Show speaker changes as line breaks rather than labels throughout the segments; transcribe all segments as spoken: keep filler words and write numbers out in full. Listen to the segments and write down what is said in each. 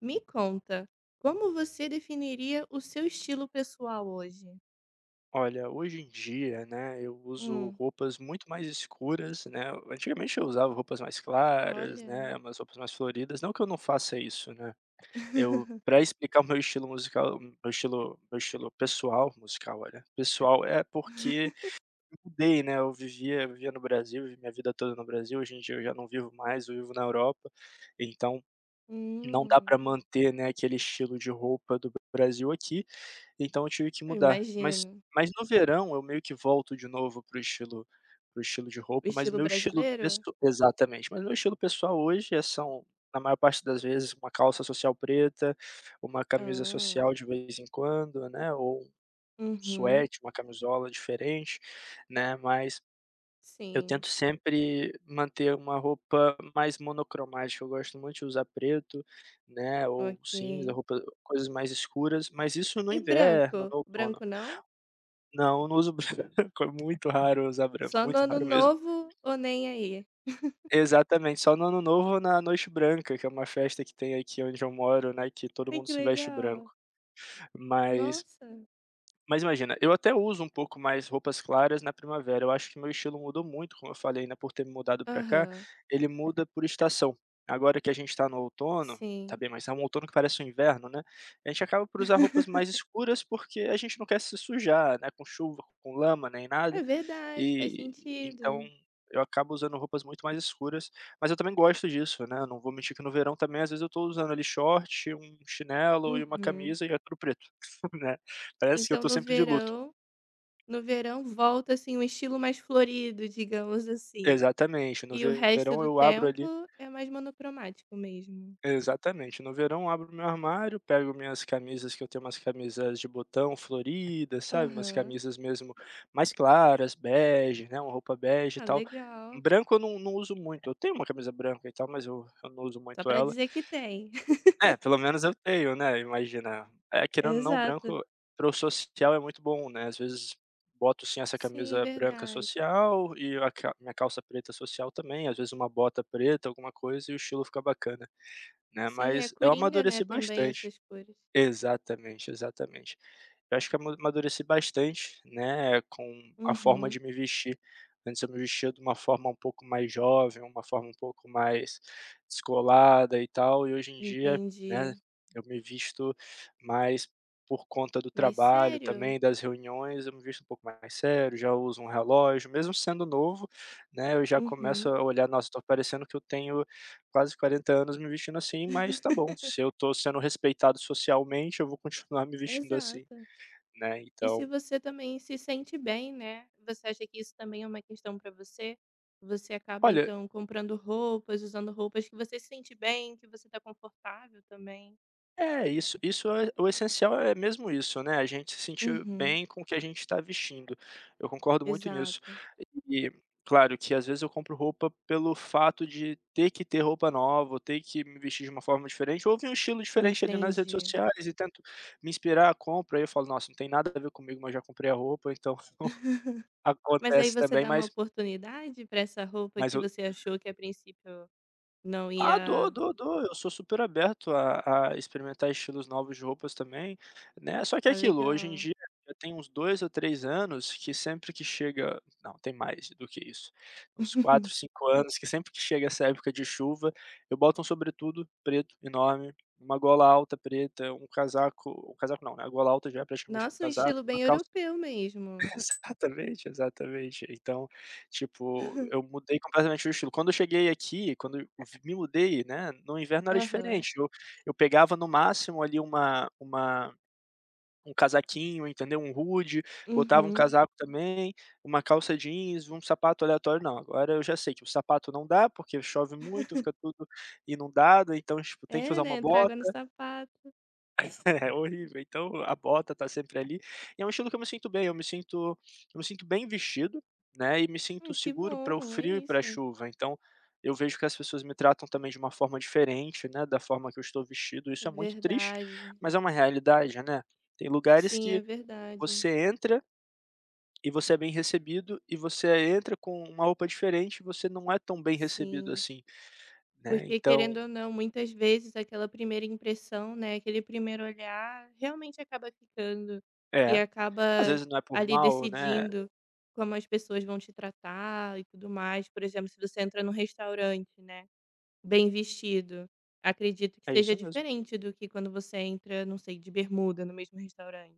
Me conta, como você definiria o seu estilo pessoal hoje?
Olha, hoje em dia, né, eu uso
Hum,
roupas muito mais escuras, né. Antigamente eu usava roupas mais claras,
olha.
né, umas roupas mais floridas, não que eu não faça isso, né. Eu para explicar o meu estilo musical meu estilo meu estilo pessoal musical, olha, pessoal, é porque mudei, né, eu vivia eu vivia no Brasil, vivi minha vida toda no Brasil, hoje em dia eu já não vivo mais, eu vivo na Europa, então não dá
Hum,
para manter, né, aquele estilo de roupa do Brasil aqui. Então eu tive que
eu
mudar. Mas
imagino.
mas no verão eu meio que volto de novo pro estilo pro estilo de
O
roupa, mas
estilo
meu estilo
brasileiro?
pesso exatamente, mas meu estilo pessoal hoje é são, na maior parte das vezes, uma calça social preta, uma camisa
Ah,
social de vez em quando, né, ou um
uhum,
suéte, uma camisola diferente, né, mas eu
sim,
tento sempre manter uma roupa mais monocromática, eu gosto muito de usar preto, né, ou cinza,
ok.
roupa coisas mais escuras, mas isso no
E
inverno,
branco?
no outono.
Branco não?
Não, eu não uso branco, é muito raro eu usar branco,
Só no
muito
ano
raro mesmo.
novo ou nem aí?
Exatamente, só no ano novo ou na noite branca, que é uma festa que tem aqui onde eu moro, né, que todo
Ai,
mundo
que
se veste
legal!
branco. Mas
Nossa!
mas imagina, eu até uso um pouco mais roupas claras na primavera, eu acho que meu estilo mudou muito, como eu falei, né, por ter me mudado pra cá,
Aham,
ele muda por estação. Agora que a gente tá no outono, tá
sim.
bem, mas é um outono que parece um inverno, né, a gente acaba por usar roupas mais escuras, porque a gente não quer se sujar, né, com chuva, com lama, nem nada.
É verdade, faz
E então
sentido.
eu acabo usando roupas muito mais escuras, mas eu também gosto disso, né, não vou mentir que no verão também, às vezes, eu tô usando ali short, um chinelo e uma
Uhum.
camisa e é tudo preto, né. Parece que eu
Então
tô
no
sempre de luto.
verão No verão volta, assim, um estilo mais florido, digamos assim.
Exatamente, no
E o resto
verão
do
eu abro
tempo
ali
é mais monocromático mesmo.
exatamente, no verão eu abro meu armário, pego minhas camisas que eu tenho umas camisas de botão floridas, sabe, umas
Aham.
camisas mesmo mais claras, bege, né, uma roupa bege e
Ah,
tal.
legal.
Branco eu não não uso muito, eu tenho uma camisa branca e tal, mas eu eu não uso
Só
muito
pra
ela.
dizer que tem.
É, pelo menos eu tenho, né, imagina. Eh, querendo ou não, o
Exato.
branco para o social é muito bom, né, às vezes boto sim essa
Sim,
camisa branca
verdade.
social e a ca minha calça preta social também, às vezes uma bota preta, alguma coisa, e o estilo fica bacana, né,
Sim, é
mas eu
coringa, né,
amadureci
também
bastante.
essas cores.
Exatamente, exatamente. Eu acho que eu ama amadureci bastante, né, com a forma
Uhum.
de me vestir. Antes eu me vestia de uma forma um pouco mais jovem, uma forma um pouco mais descolada e tal, e hoje em dia, né,
Entendi.
eu me visto mais por conta do
Mas
trabalho
sério?
também, das reuniões, eu me visto um pouco mais sério, já uso um relógio, mesmo sendo novo, né, eu já começo
Uhum.
a olhar: "Nossa, tô parecendo que eu tenho quase quarenta anos me vestindo assim, mas tá bom, se eu tô sendo respeitado socialmente, eu vou continuar me vestindo assim,
Exato.
né,
E se
então
você também se sente bem, né? Você acha que isso também é uma questão para você? Você acaba
olha,
então comprando roupas, usando roupas que você se sente bem, que você tá confortável também.
é isso, isso é o essencial é mesmo isso, né, a gente se sentir
Uhum,
bem com o que a gente está vestindo. Eu concordo muito nisso.
exato.
E claro que às vezes eu compro roupa pelo fato de ter que ter roupa nova, ou ter que me vestir de uma forma diferente, ou vi um estilo diferente ali nas redes
Entendi.
sociais e tento me inspirar, compro, aí eu falo: "Nossa, não tem nada a ver comigo, mas já comprei a roupa", então
Mas aí
acontece
você
também,
dá uma
mas
oportunidade para essa roupa
Mas
que
eu
você achou que a princípio não
ah, dou,
ia.
dou, dou, eu sou super aberto a a experimentar estilos novos de roupas também, né, só que é
Ah,
aquilo, hoje em
legal.
dia já tem uns dois ou três anos que sempre que chega não, tem mais do que isso, uns quatro cinco anos que sempre que chega essa época de chuva, eu boto um sobretudo preto enorme, uma gola alta preta, um casaco um casaco não, né, a gola alta já é praticamente um
Nossa, um
casaco,
estilo
uma
bem
calça
europeu mesmo.
Exatamente, exatamente. Então, tipo, eu mudei completamente o estilo. Quando eu cheguei aqui, quando eu v me mudei, né, no inverno era
Aham.
diferente, eu eu pegava no máximo ali uma uma um casaquinho, entendeu, um hoodie, botava um
Uhum.
casaco também, uma calça jeans, um sapato aleatório, não, agora eu já sei que o sapato não dá, porque chove muito, fica tudo inundado, então, tipo, tem que
É,
usar
né?
uma
Entra
bota.
água no sapato.
É horrível. Então a bota tá sempre ali, e é um estilo que eu me sinto bem, eu me sinto eu me sinto bem vestido, né, e me
Hum,
sinto
que
seguro para o
bom, é
frio e para a
isso.
chuva, então eu vejo que as pessoas me tratam também de uma forma diferente, né, da forma que eu estou vestido,
É
isso é muito triste,
verdade.
mas é uma realidade, né. Tem lugares
Sim, é
que
verdade.
você entra e você é bem recebido, e você entra com uma roupa diferente e você não é tão bem recebido
Sim.
assim, né,
Porque
então
querendo ou não, muitas vezes aquela primeira impressão, né, aquele primeiro olhar realmente acaba ficando e
é,
acaba
às vezes não é por
ali
mal, né,
decidindo como as pessoas vão te tratar e tudo mais. Por exemplo, se você entra num restaurante, né, bem vestido, acredito que
é
seja
isso mesmo.
diferente do que quando você entra, não sei, de bermuda no mesmo restaurante.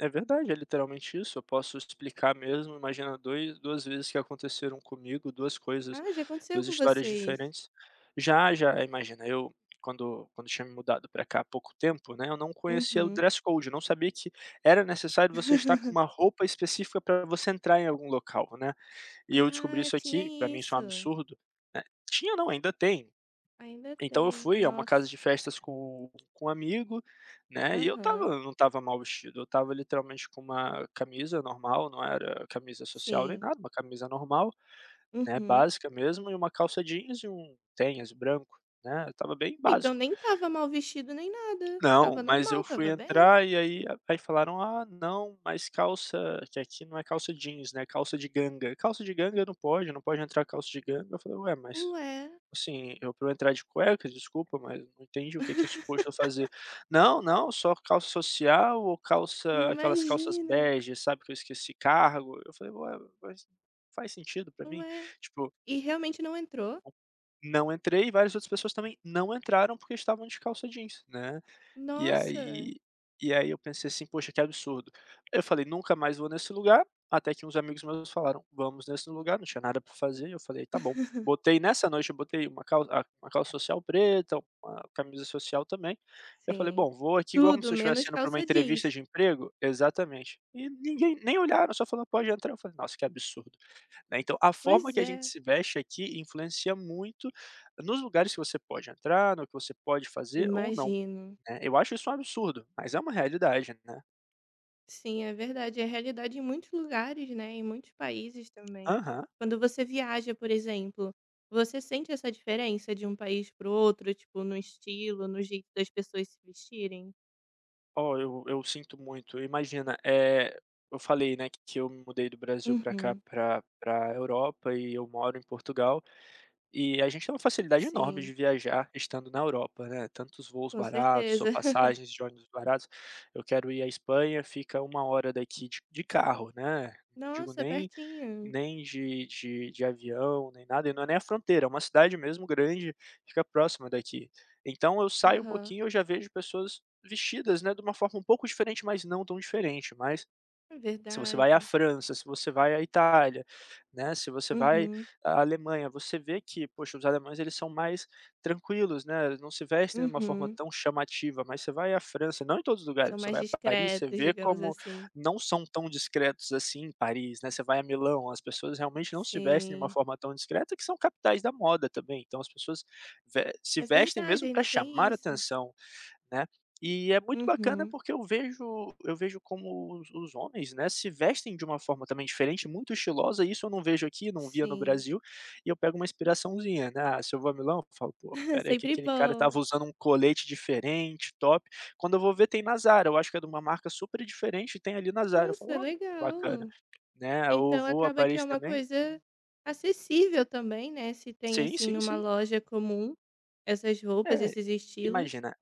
É verdade, é literalmente isso. Eu posso explicar mesmo. Imagina dois, duas vezes que aconteceram comigo, duas coisas,
Ah, já aconteceu
duas
com
histórias
você isso?
diferentes. Já, já, imagina, eu quando, quando tinha me mudado para cá há pouco tempo, né? Eu não conhecia o
Uhum.
dress code, eu não sabia que era necessário você estar com uma roupa específica para você entrar em algum local, né? E eu descobri
Ah,
isso
tinha
aqui, para mim isso é um
isso.
absurdo. Né, Tinha não, ainda tem.
Ainda
Então eu
tem,
fui a uma casa
nossa.
de festas com com um amigo, né, e eu
Aham,
tava não tava mal vestido, eu tava literalmente com uma camisa normal, não era camisa social nem
sim.
nada, uma camisa normal, né,
Uhum.
básica mesmo, e uma calça jeans e um tênis branco, né, eu estava bem
Então
básico.
nem estava mal vestido nem nada,
Não,
tava
mas
normal,
eu fui
tava bem.
entrar e aí aí falaram: "Ah, não, mas calça que aqui não é calça jeans, né, é calça de ganga. Calça de ganga não pode, não pode entrar calça de ganga". Eu falei: "Ué, mas".
Ué.
Assim, eu pra eu entrar de cueca, desculpa, mas não entendi o que que é suposto eu fazer. Não, não, só calça social ou calça aquelas calças
Imagina.
bege, sabe, que eu esqueci cargo. Eu falei: "Ué, mas faz sentido pra mim?".
Ué.
Tipo,
E realmente não entrou?
não entrei e várias outras pessoas também não entraram porque estavam de calça jeans, né. E
Nossa.
aí e aí eu pensei assim: "Poxa, que absurdo". Eu falei: "Nunca mais vou nesse lugar", até que uns amigos meus falaram: "Vamos nesse lugar", não tinha nada pra fazer, eu falei: "Tá bom". Botei nessa noite eu botei uma calça a uma calça social preta, uma camisa social também. Eu falei:
Sim.
"Bom, vou aqui igual como se
Tudo
eu estivesse
menos
indo pra uma
calça
entrevista
jeans.
de emprego". Exatamente. E ninguém nem olharam, só falou: "Pode entrar". Eu falei: "Nossa, que absurdo", né. Então a forma
Pois
que a gente
é,
se veste aqui influencia muito nos lugares que você pode entrar, no que você pode fazer ou não
imagina.
né, eu acho isso um absurdo, mas é uma realidade, né.
Sim, é verdade. É realidade em muitos lugares, né, em muitos países também.
Aham.
Quando você viaja, por exemplo, você sente essa diferença de um país para o outro, tipo, no estilo, no jeito das pessoas se vestirem?
Ó, eu eu sinto muito, imagina, eh, eu falei, né, que eu me mudei do Brasil pra cá,
Uhum.
pra pra Europa e eu moro em Portugal. E a gente tem uma facilidade enorme de
Sim,
viajar estando na Europa, né, tantos voos
com
baratos ou
certeza.
passagens de ônibus baratos. Eu quero ir à Espanha, fica uma hora daqui de de carro, né, não digo
Nossa,
nem
pertinho.
nem de de de avião, nem nada, e não é nem a fronteira, é uma cidade mesmo grande, fica próxima daqui. Então eu saio um
Aham,
pouquinho, eu já vejo pessoas vestidas, né, de uma forma um pouco diferente, mas não tão diferente, mas
é
se você vai à
verdade.
França, se você vai à Itália, né, se você vai
Uhum,
à Alemanha, você vê que, poxa, os alemães eles são mais tranquilos, né, eles não se vestem de uma forma
uhum.
tão chamativa, mas você vai à França, não em todos os
São
lugares, você
mais
vai a Paris, você
discretos,
vê
digamos
como
assim.
não são tão discretos assim em Paris, né, você vai a Milão, as pessoas realmente não se vestem de uma
Sim,
forma tão discreta, que são capitais da moda também, então as pessoas ve se
é
vestem
verdade,
mesmo para
ainda tem
chamar
isso.
atenção. Né. E é muito bacana
Uhum,
porque eu vejo eu vejo como os os homens, né, se vestem de uma forma também diferente, muito estilosa, e isso eu não vejo aqui, não via no
sim.
Brasil, e eu pego uma inspiraçãozinha, né, ah, se eu vou a Milão, eu falo: "Pô, espera aí que
Sempre
aquele cara
bom.
tava usando um colete diferente, top". Quando eu vou ver tem na Zara, eu acho que é de uma marca super diferente, tem ali na Zara, eu falo:
Nossa,
"Ó, bacana",
legal.
né, ou
Então
vou a
acaba que é
Paris
uma
também.
coisa acessível também, né, se tem,
Sim,
assim,
sim,
numa
sim.
loja comum essas roupas,
É,
esses estilos.
imagina.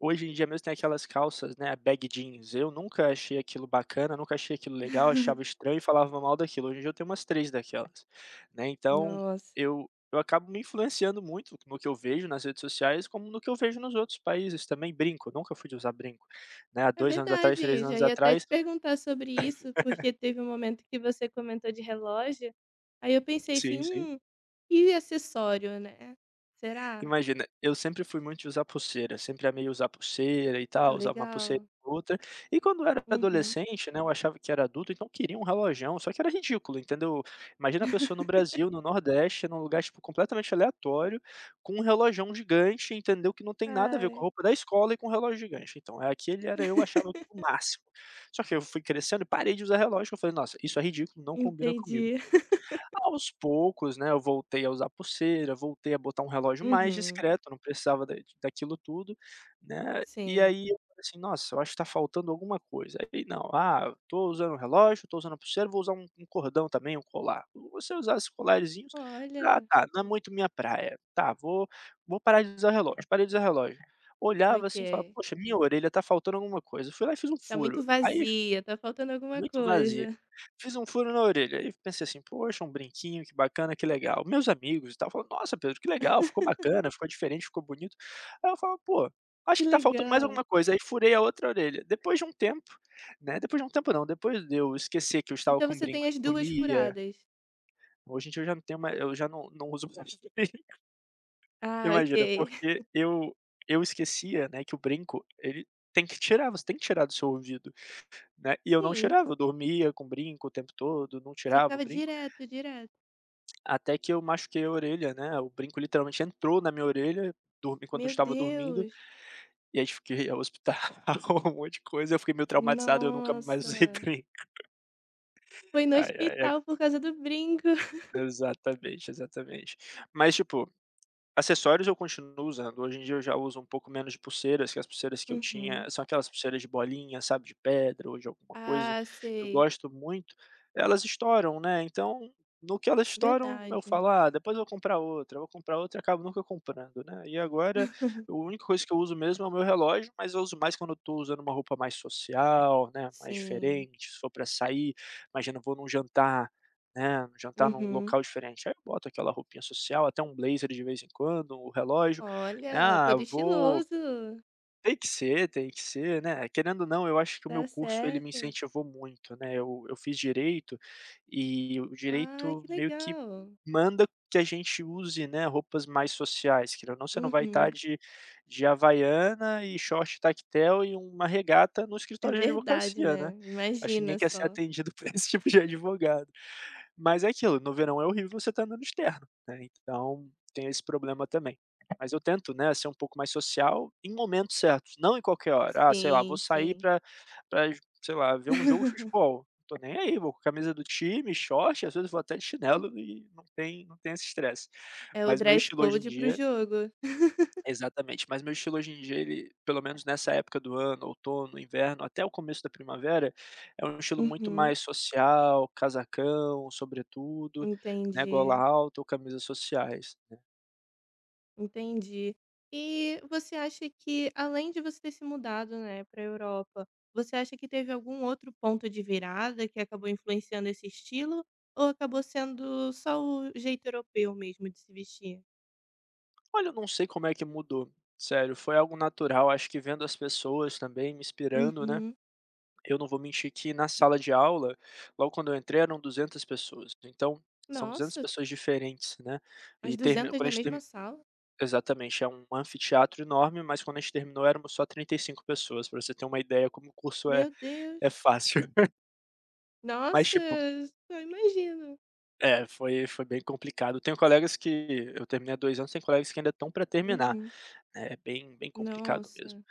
Hoje em dia mesmo tem aquelas calças, né, bag jeans, eu nunca achei aquilo bacana, nunca achei aquilo legal, achava estranho e falava mal daquilo, hoje em dia eu tenho umas três daquelas, né, então
Nossa.
eu eu acabo me influenciando muito no que eu vejo nas redes sociais, como no que eu vejo nos outros países também. Brinco, eu nunca fui de usar brinco, né, há
É
dois anos atrás, três
verdade, já
anos
ia até te
atrás.
perguntar sobre isso, porque teve um momento que você comentou de relógio, aí eu pensei assim:
Sim, sim.
"Hum, e acessório, né? Será?"
Imagina, eu sempre fui muito de usar pulseira, sempre amei usar pulseira e
Ah,
tal, usar uma pulseira
legal.
ou outra. E quando eu era
Uhum.
adolescente, né, eu achava que era adulto, então queria um relojão, só que era ridículo, entendeu? Imagina a pessoa no Brasil, no Nordeste, num lugar, tipo, completamente aleatório, com um relojão gigante, entendeu? Que não tem nada a ver com a
Ai,
roupa da escola e com o relógio gigante. Então, é aquele era eu achava que era o máximo. Só que eu fui crescendo e parei de usar relógio, eu falei: "Nossa, isso é ridículo, não combina comigo".
entendi.
Aos poucos, né, eu voltei a usar pulseira, voltei a botar um relógio mais
Uhum,
discreto, não precisava da daquilo tudo, né, e
sim.
aí eu falei assim: "Nossa, eu acho que tá faltando alguma coisa". Aí não, ah, eu tô usando o relógio, tô usando a pulseira, vou usar um um cordão também, um colar. Você usar esses colarzinhos, ah,
Olha,
tá, não é muito minha praia. Tá, vou vou parar de usar o relógio, parei de usar o relógio. Olhava assim e falava:
ok.
"Poxa, minha orelha tá faltando alguma coisa". Fui lá e fiz um
Tá muito
furo. Aí
vazia, tá faltando alguma
muito vazia.
coisa.
Fiz um furo na orelha, e pensei assim: "Poxa, um brinquinho, que bacana, que legal". Meus amigos e tal falam: "Nossa Pedro, que legal, ficou bacana, ficou diferente, ficou bonito". Aí eu falo: "Pô,
Que
acho que tá faltando mais alguma
legal.
coisa". Aí furei a outra orelha. Depois de um tempo, né, depois de um tempo não, depois de eu esquecer que eu estava
Então
com um
você tem
brinco
as
e
duas
dormia,
furadas?
hoje em dia eu já não tenho mais, eu já não não uso mais.
Ah, ok.
Imagina, porque eu eu esquecia, né, que o brinco, ele tem que tirar, você tem que tirar do seu ouvido. Né, e eu não
Sim,
tirava, eu dormia com brinco o tempo todo, não
você
tirava o
ficava
brinco,
direto, direto.
até que eu machuquei a orelha, né, o brinco literalmente entrou na minha orelha, dur enquanto eu
Meu
estava dormindo,
Deus.
e aí fiquei ao hospital, um monte de coisa, eu fiquei meio traumatizado, eu nunca mais usei
Nossa.
brinco.
Foi no
Ai, ai, ai.
hospital por causa do brinco.
Exatamente, exatamente. Mas tipo, acessórios eu continuo usando, hoje em dia eu já uso um pouco menos de pulseiras, que as pulseiras que eu tinha
Uhum.
são aquelas pulseiras de bolinha, sabe, de pedra ou de alguma coisa,
Ah,
que eu
sei.
gosto muito, elas estouram, né, então, no que elas estouram eu
Verdade.
falo: "Ah, depois eu vou comprar outra, eu vou comprar outra", e acabo nunca comprando, né. E agora, a única coisa que eu uso mesmo é o meu relógio, mas eu uso mais quando eu tô usando uma roupa mais social, né, mais
Sim.
diferente, se for para sair, imagina, eu vou num jantar, né, jantar num
Uhum.
local diferente. Aí eu boto aquela roupinha social, até um blazer de vez em quando, o relógio, né,
Olha,
ah,
todo
vou,
estiloso.
tem que ser, tem que ser, né. Querendo ou não, eu acho que o meu
Tá
curso ele me
certo.
incentivou muito, né, eu eu fiz direito, e o
Ah,
direito
que
meio que
legal.
manda que a gente use, né, roupas mais sociais, querendo ou não, você não vai estar
Uhum.
de de havaiana e short tactel e uma regata no
É
escritório de
verdade,
advocacia,
né,
né. Acho que ninguém
imagina
quer ser
só.
atendido por esse tipo de advogado. Mas é aquilo, no verão é horrível você estar andando de terno, né, então tem esse problema também. Mas eu tento, né, ser um pouco mais social em momentos certos, não em qualquer hora. Ah, sei lá, vou
Sim,
sair
sim.
pra pra, sei lá, ver um jogo de futebol, não tô nem aí, vou com a camisa do time, short, às vezes vou até de chinelo e não tem não tem esse estresse.
É o
Mas meu
dress
estilo hoje em
code para o
dia
jogo.
Exatamente, mas meu estilo hoje em dia ele, pelo menos nessa época do ano, outono, inverno, até o começo da primavera, é um estilo muito
Uhum,
mais social, casacão, sobretudo, né, gola
entendi,
alta ou camisas sociais.
entendi. E você acha que além de você ter se mudado, né, para Europa, você acha que teve algum outro ponto de virada que acabou influenciando esse estilo ou acabou sendo só o jeito europeu mesmo de se vestir?
Olha, eu não sei como é que mudou, sério, foi algo natural, acho que vendo as pessoas também, me inspirando, né.
Uhum.
Eu não vou mentir que na sala de aula, logo quando eu entrei eram duzentas pessoas, então são duzentas
Nossa,
pessoas diferentes, né,
as
e termi
duzentas
quando a
na mesma
gente,
sala?
exatamente, é um anfiteatro enorme, mas quando a gente terminou éramos só trinta e cinco pessoas, pra você ter uma ideia como o curso é
Meu
é
Deus.
fácil. Mas
Nossa,
tipo
só imagino.
é, foi foi bem complicado. Tenho colegas que eu terminei há 2 anos, tem colegas que ainda estão pra terminar,
Uhum.
né, é bem bem complicado mesmo.
Nossa.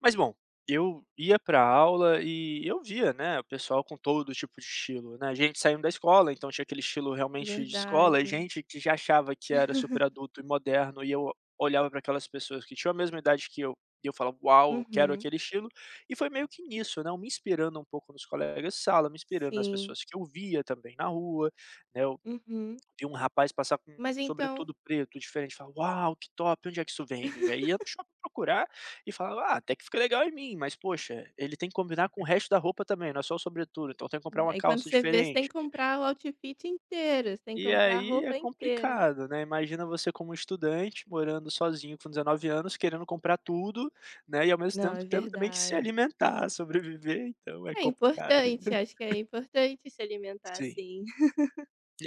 Mas bom, eu ia pra aula e eu via, né, o pessoal com todo tipo de estilo, né, gente saindo da escola, então tinha aquele estilo realmente de escola, e
Verdade.
gente que já achava que era super adulto e moderno, e eu olhava para aquelas pessoas que tinham a mesma idade que eu, e eu falava: "Uau, eu quero
Uhum.
aquele estilo". E foi meio que nisso, né, eu me inspirando um pouco nos colegas de sala, me inspirando nas
Sim.
pessoas que eu via também na rua, né, eu
Uhum.
vi um rapaz passar com um
Mas então,
sobretudo preto diferente, falava: "Uau, que top, onde é que isso vende?" Aí ia no shopping procurar e falava: "Ah, até que fica legal em mim, mas poxa, ele tem que combinar com o resto da roupa também, não é só o sobretudo, então tem que comprar uma
aí quando
calça
você vê, você tem
diferente".
que comprar o outfit inteiro, você tem que
E
comprar a
aí é
roupa inteira.
complicado, né, imagina você como estudante, morando sozinho com 19 anos, querendo comprar tudo, né, e ao mesmo
Não, é
tempo tendo também que se
verdade.
alimentar, sobreviver, então é
É
complicado.
importante, acho que é importante se alimentar
Sim.
assim.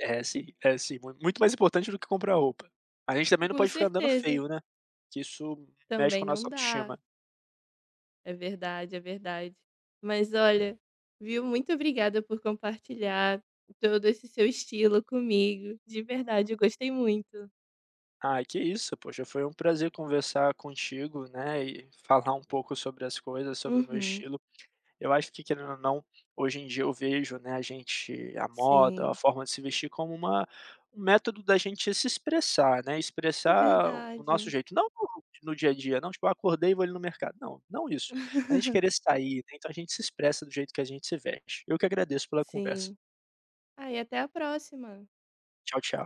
É sim, é sim, mu muito mais importante do que comprar roupa. A gente também não
Com
pode ficar andando
certeza.
feio, né, que isso mexe com
Também
a
não
nossa
dá.
autoestima.
É verdade, é verdade. Mas olha, viu? Muito obrigada por compartilhar todo esse seu estilo comigo. De verdade, eu gostei muito.
Ah, que isso, poxa, foi um prazer conversar contigo, né, e falar um pouco sobre as coisas, sobre o meu
Uhum.
estilo. Eu acho que, querendo ou não, hoje em dia eu vejo, né, a gente a moda, a
Sim.
forma de se vestir como uma um método da gente se expressar, né,
É
expressar o nosso
verdade.
jeito. Não no dia a dia, não tipo: "Ah, acordei e vou ali no mercado", não, não isso. Mas a gente querer sair, né, então a gente se expressa do jeito que a gente se veste. Eu que agradeço pela conversa.
Sim. Ah, e até a próxima.
Tchau, tchau.